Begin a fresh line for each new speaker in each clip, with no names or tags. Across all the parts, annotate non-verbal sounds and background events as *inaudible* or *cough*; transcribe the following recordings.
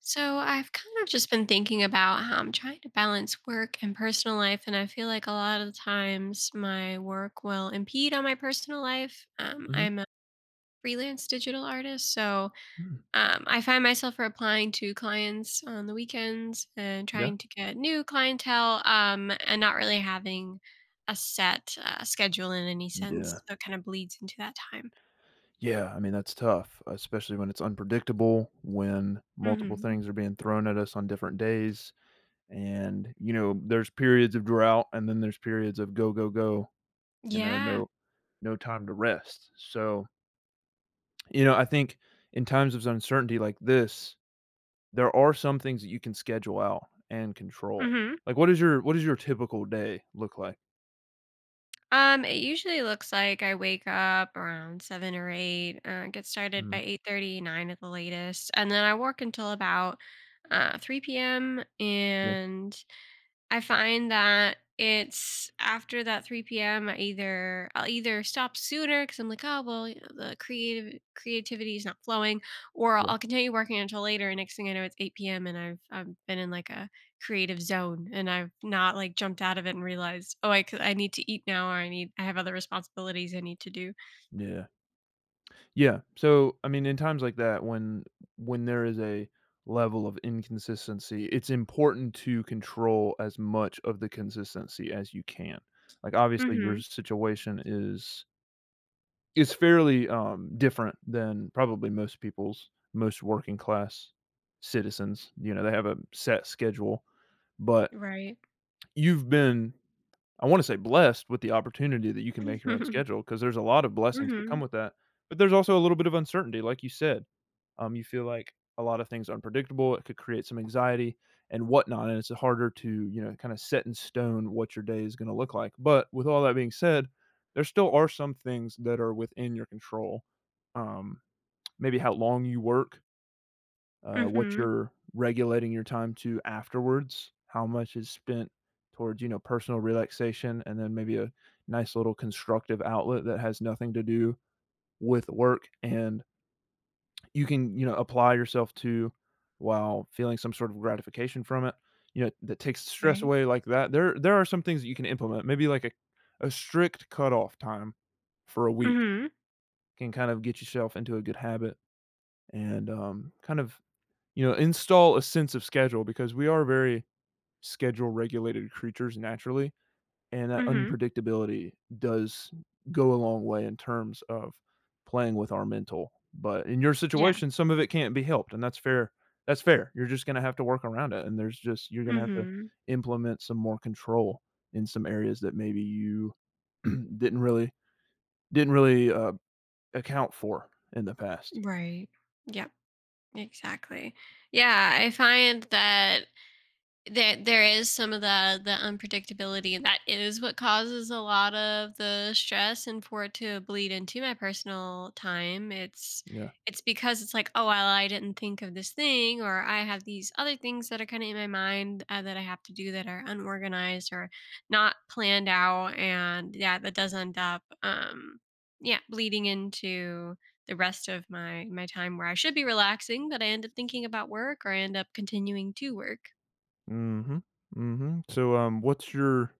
So I've kind of just been thinking about how I'm trying to balance work and personal life, and I feel like a lot of the times my work will impede on my personal life.
Mhm,
I'm a freelance digital artist, so
mhm,
I find myself applying to clients on the weekends and
yeah,
trying to get new clientele, and not really having a set schedule in any
yeah,
sense. So it kind of bleeds into that time.
yeah, I mean, that's tough, especially when it's unpredictable, when multiple
Hmm.
things are being thrown at us on different days, and, you know, there's periods of drought, and then there's periods of go, go, go, you know,
Yeah.
no time to rest, so, you know, I think in times of uncertainty like this, there are some things that you can schedule out and control.
Hmm.
Like, what does your typical day look like?
It usually looks like I wake up around 7 or 8, get started by
Mhm,
8:30, 9 at the latest, and then I work until about 3 p.m.
yeah,
And I find that it's after that 3 p.m. I'll either stop sooner because I'm like, oh well, you know, the creative creativity is not flowing, or I'll,
yeah,
I'll continue working until later. And next thing I know, it's 8 p.m. and I've been in like a creative zone and I've not like jumped out of it and realized, oh, I need to eat now, or I have other responsibilities I need to do.
yeah. Yeah. So, I mean, in times like that, when there is a level of inconsistency, it's important to control as much of the consistency as you can. Like, obviously, your
Mm-hmm.
situation is fairly different than probably most people's, most working class citizens. You know, they have a set schedule, but
Right.
you've been, I wanna say blessed with the opportunity that you can make your own
*laughs*
schedule. Because there's a lot of blessings
Mm-hmm.
that come
Mm-hmm.
with that, but there's also a little bit of uncertainty, like you said. You feel like a lot of things are unpredictable, it could create some anxiety and whatnot, and it's harder to, you know, kinda set in stone what your day is gonna look like, but with all that being said, there still are some things that are within your control. Um, maybe how long you work, what
Mm-hmm.
you're regulating your time to afterwards, how much is spent towards, you know, personal relaxation, and then maybe a nice little constructive outlet that has nothing to do with work. And you can, you know, apply yourself to while feeling some sort of gratification from it, you know, that takes stress
Right.
away like that. There are some things that you can implement, maybe like a strict cutoff time for a week
Mm-hmm.
can kind of get yourself into a good habit and kind of you know, install a sense of schedule because we are very schedule regulated creatures naturally. And that
Mm-hmm.
unpredictability does go a long way in terms of playing with our mental. But in your
Yeah.
situation, some of it can't be helped, and that's fair. That's fair. You're just going to have to work around it. And there's just, you're going to have to
Mm-hmm.
implement some more control in some areas that maybe you *clears throat* didn't really, didn't really account for in the past.
Right. Yeah. Exactly. Yeah, I find that there is some of the unpredictability, and that is what causes a lot of the stress and for it to bleed into my personal time, it's
Yeah.
it's because it's like, "Oh, well, I didn't think of this thing," or, "I have these other things that are kinda in my mind, that I have to do that are unorganized or not planned out," and, yeah, that does end up, yeah, bleeding into the rest of my time where I should be relaxing, but I end up thinking about work or I end up continuing to work.
Mhm, mhm. So,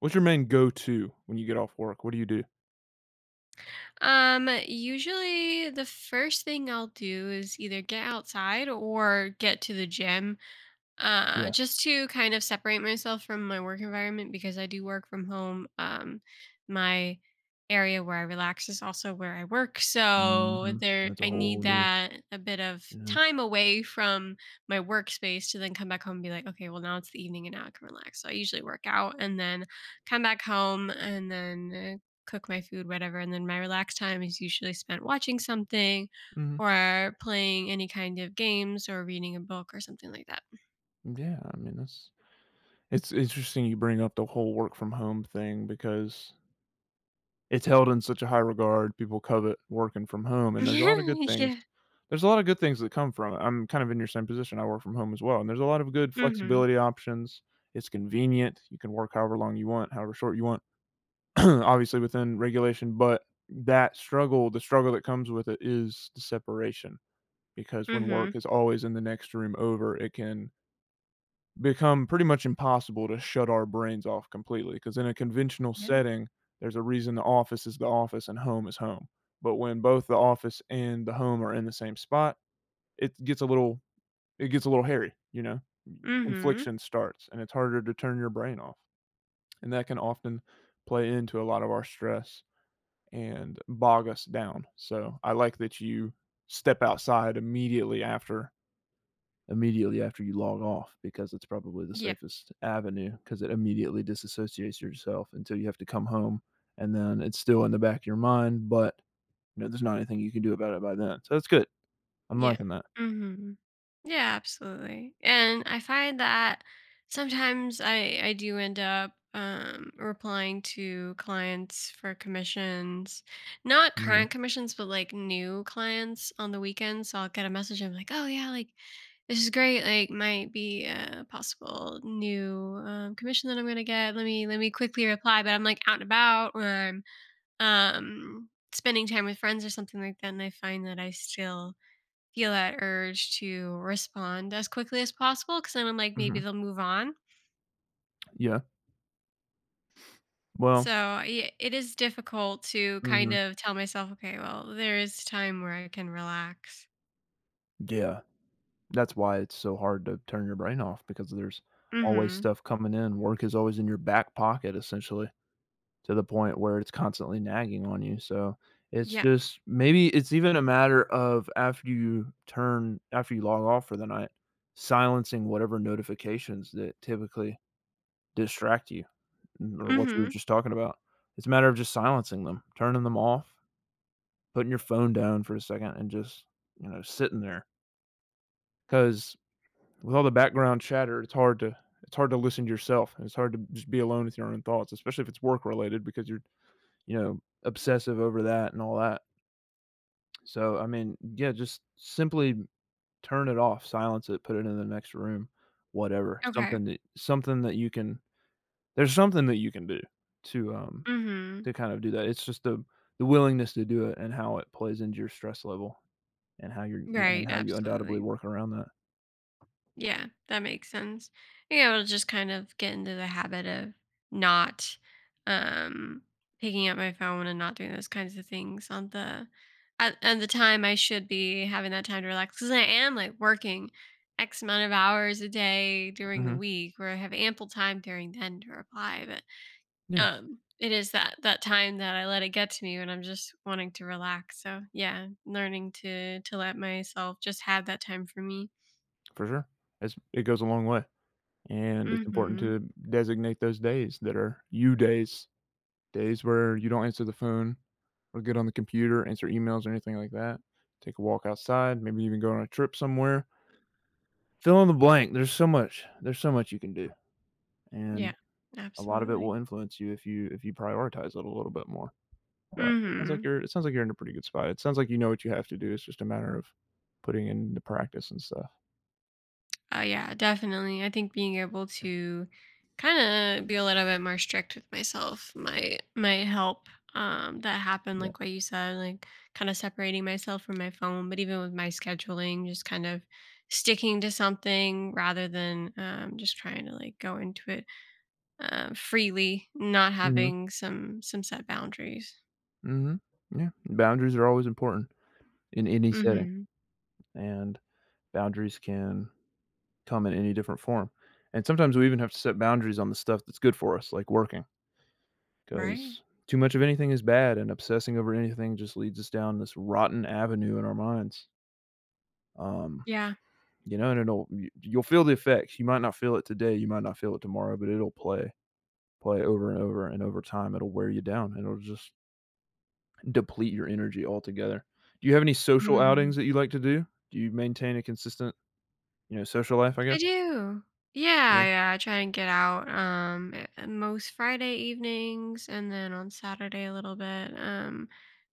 what's your main go-to when you get off work? What do you do?
Usually the first thing I'll do is either get outside or get to the gym
Yeah.
just to kind of separate myself from my work environment because I do work from home. My area where I relax is also where I work. So
Mhm.
there
That's a
I
whole
need
new
that a bit of
yeah.
time away from my workspace to then come back home and be like, okay, well now it's the evening and now I can relax. So I usually work out and then come back home and then cook my food whatever and then my relaxed time is usually spent watching something
Mhm.
or playing any kind of games or reading a book or something like that.
Yeah, I mean, that's it's interesting you bring up the whole work from home thing because it's held in such a high regard. People covet working from home, and there's a lot of good
Yeah, *laughs*
things.
yeah.
There's a lot of good things that come from it. I'm kind of in your same position. I work from home as well, and there's a lot of good
Mhm,
flexibility options. It's convenient. You can work however long you want, however short you want. *clears throat* obviously within regulation, but the struggle that comes with it is the separation because when work
mhm.
is always in the next room over, it can become pretty much impossible to shut our brains off completely because in a conventional
Yeah.
setting, there's a reason the office is the office and home is home. But when both the office and the home are in the same spot, it gets a little it gets a little hairy, you know.
Mhm.
Confliction starts and it's harder to turn your brain off. And that can often play into a lot of our stress and bog us down. So I like that you step outside immediately after immediately after you log off because it's probably the
Yeah,
safest avenue because it immediately disassociates yourself until you have to come home and then it's still in the back of your mind, but you know there's not anything you can do about it by then. So that's good. I'm
yeah.
liking that.
Mhm. Yeah, absolutely, and I find that sometimes I do end up, replying to clients for commissions, not
Hmm.
current commissions, but, like, new clients on the weekends, so I'll get a message, and I'm like, "Oh, yeah, like, this is great, like, might be a possible new, commission that I'm gonna get. Let me quickly reply," but I'm, like, out and about or I'm spending time with friends or something like that and I find that I still feel that urge to respond as quickly as possible because then I'm like
Hmm.
maybe they'll move on.
Yeah. Well.
So yeah, it is difficult to kind
Hmm.
of tell myself okay well there is time where I can relax.
Yeah. That's why it's so hard to turn your brain off because there's always
Mm-hmm.
stuff coming in. Work is always in your back pocket essentially, to the point where it's constantly nagging on you, so it's
Yeah.
just maybe it's even a matter of after you turn after you log off for the night, silencing whatever notifications that typically distract you mm, or what you were
Mm-hmm.
just talking about. It's a matter of just silencing them, turning them off, putting your phone down for a second and just, you know, sitting there because with all the background chatter, it's hard to listen to yourself, and it's hard to just be alone with your own thoughts, especially if it's work related because you're you know, obsessive over that and all that. So, I mean, yeah, just simply turn it off, silence it, put it in the next room, whatever.
Okay.
Something that you can there's something that you can do to um
Mm-hmm.
to kind of do that. It's just the willingness to do it and how it plays into your stress level. And
Right.
how you undoubtedly
Absolutely.
work around that.
Yeah, that makes sense. Yeah, I'll just kind of get into the habit of not um picking up my phone and not doing those kinds of things on the at the time I should be having that time to relax because I am like working X amount of hours a day during the
Mhm.
week where I have ample time during then to reply. But
Yeah,
it is that time that I let it get to me when I'm just wanting to relax. So yeah, learning to let myself just have that time for me.
for sure. It's it goes a long way, and it's important
Mm-hmm.
to designate those days that are you days, days where you don't answer the phone or get on the computer, answer emails or anything like that. Take a walk outside, maybe even go on a trip somewhere. Fill in the blank. There's so much. There's so much you can do,
Yeah,
and a lot of it
absolutely.
will influence you if you prioritize it a little bit more. But
Mhm.
it sounds like you're in a pretty good spot. It sounds like you know what you have to do. It's just a matter of putting it into practice and stuff.
Oh, yeah, definitely. I think being able to kinda be a little bit more strict with myself might help. That happened,
Yeah.
like what you said, like kind of separating myself from my phone, but even with my scheduling, just kind of sticking to something rather than just trying to like go into it freely, not
Mhm.
having some set boundaries.
Mhm. Yeah, boundaries are always important in any setting,
Hmm.
and boundaries can come in any different form, and sometimes we even have to set boundaries on the stuff that's good for us, like working,
Right?
because too much of anything is bad, and obsessing over anything just leads us down this rotten avenue in our minds. Um,
Yeah.
you know, and it'll y you'll feel the effects. You might not feel it today, you might not feel it tomorrow, but it'll play play over and over, and over time, it'll wear you down, and it'll just deplete your energy altogether. Do you have any social outings
Mhm.
that you like to do? Do you maintain a consistent, you know, social life, I
I
guess?
do.
Yeah.
Yeah, yeah, I try and get out most Friday evenings and then on Saturday a little bit.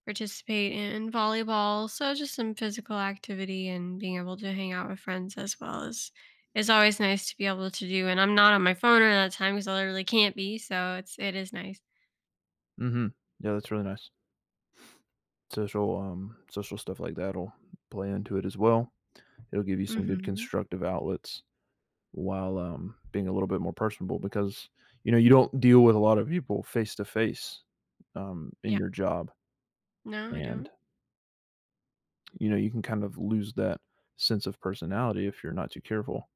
Participate in volleyball, so just some physical activity and being able to hang out with friends as well is always nice to be able to do and I'm not on my phone at that time cuz I literally can't be, so it is nice.
Mhm. Yeah, that's really nice. Social, social stuff like that'll play into it as well. It'll give you some good
Mhm.
constructive outlets while, being a little bit more personable because, you know, you don't deal with a lot of people face to face, in
Yeah.
your job,
No, I
and,
don't.
you know, you can kind of lose that sense of personality if you're not too careful.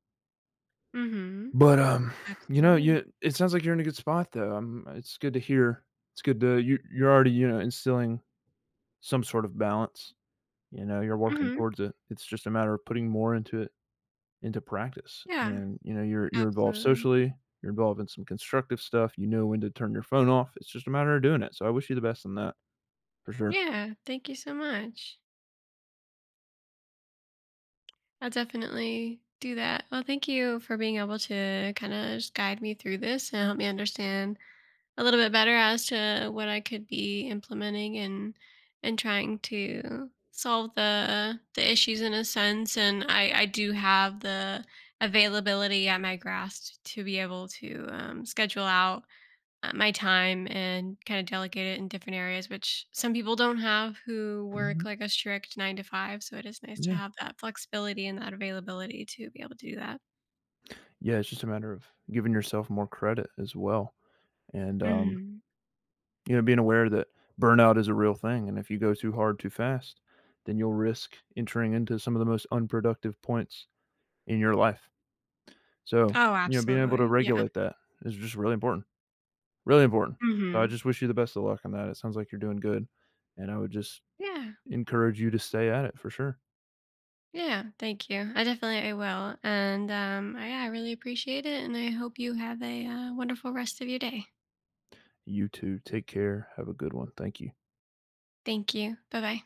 Mhm.
But, you know,
Absolutely.
you it sounds like you're in a good spot though, it's good to hear. It's good to you you're already, you know, instilling some sort of balance, you know, you're working
Mhm.
towards it. It's just a matter of putting more into it into practice,
Yeah.
and, you know, you're involved
Absolutely.
socially, you're involved in some constructive stuff, you know when to turn your phone off, it's just a matter of doing it, so I wish you the best on that, for sure.
Yeah, thank you so much. I'll definitely do that. Well, thank you for being able to kind of just guide me through this and help me understand a little bit better as to what I could be implementing and trying to solve the issues in a sense. And I do have the availability at my grasp to be able to schedule out my time and kind of delegate it in different areas, which some people don't have who work
Mhm,
like a strict 9 to 5. So it is nice to
yeah.
have that flexibility and that availability to be able to do that.
Yeah, it's just a matter of giving yourself more credit as well, and, um,
Hmm.
you know, being aware that burnout is a real thing, and if you go too hard too fast, then you'll risk entering into some of the most unproductive points in your life. So,
Oh,
you know, being able to
absolutely. Yeah.
regulate that is just really important, really important. So I
Hmm.
just wish you the best of luck on that. It sounds like you're doing good, and I would just
Yeah.
encourage you to stay at it for sure.
Yeah. Thank you. I will. And I, yeah, I really appreciate it. And I hope you have a wonderful rest of your day.
You too. Take care. Have a good one. Thank you.
Thank you. Bye bye.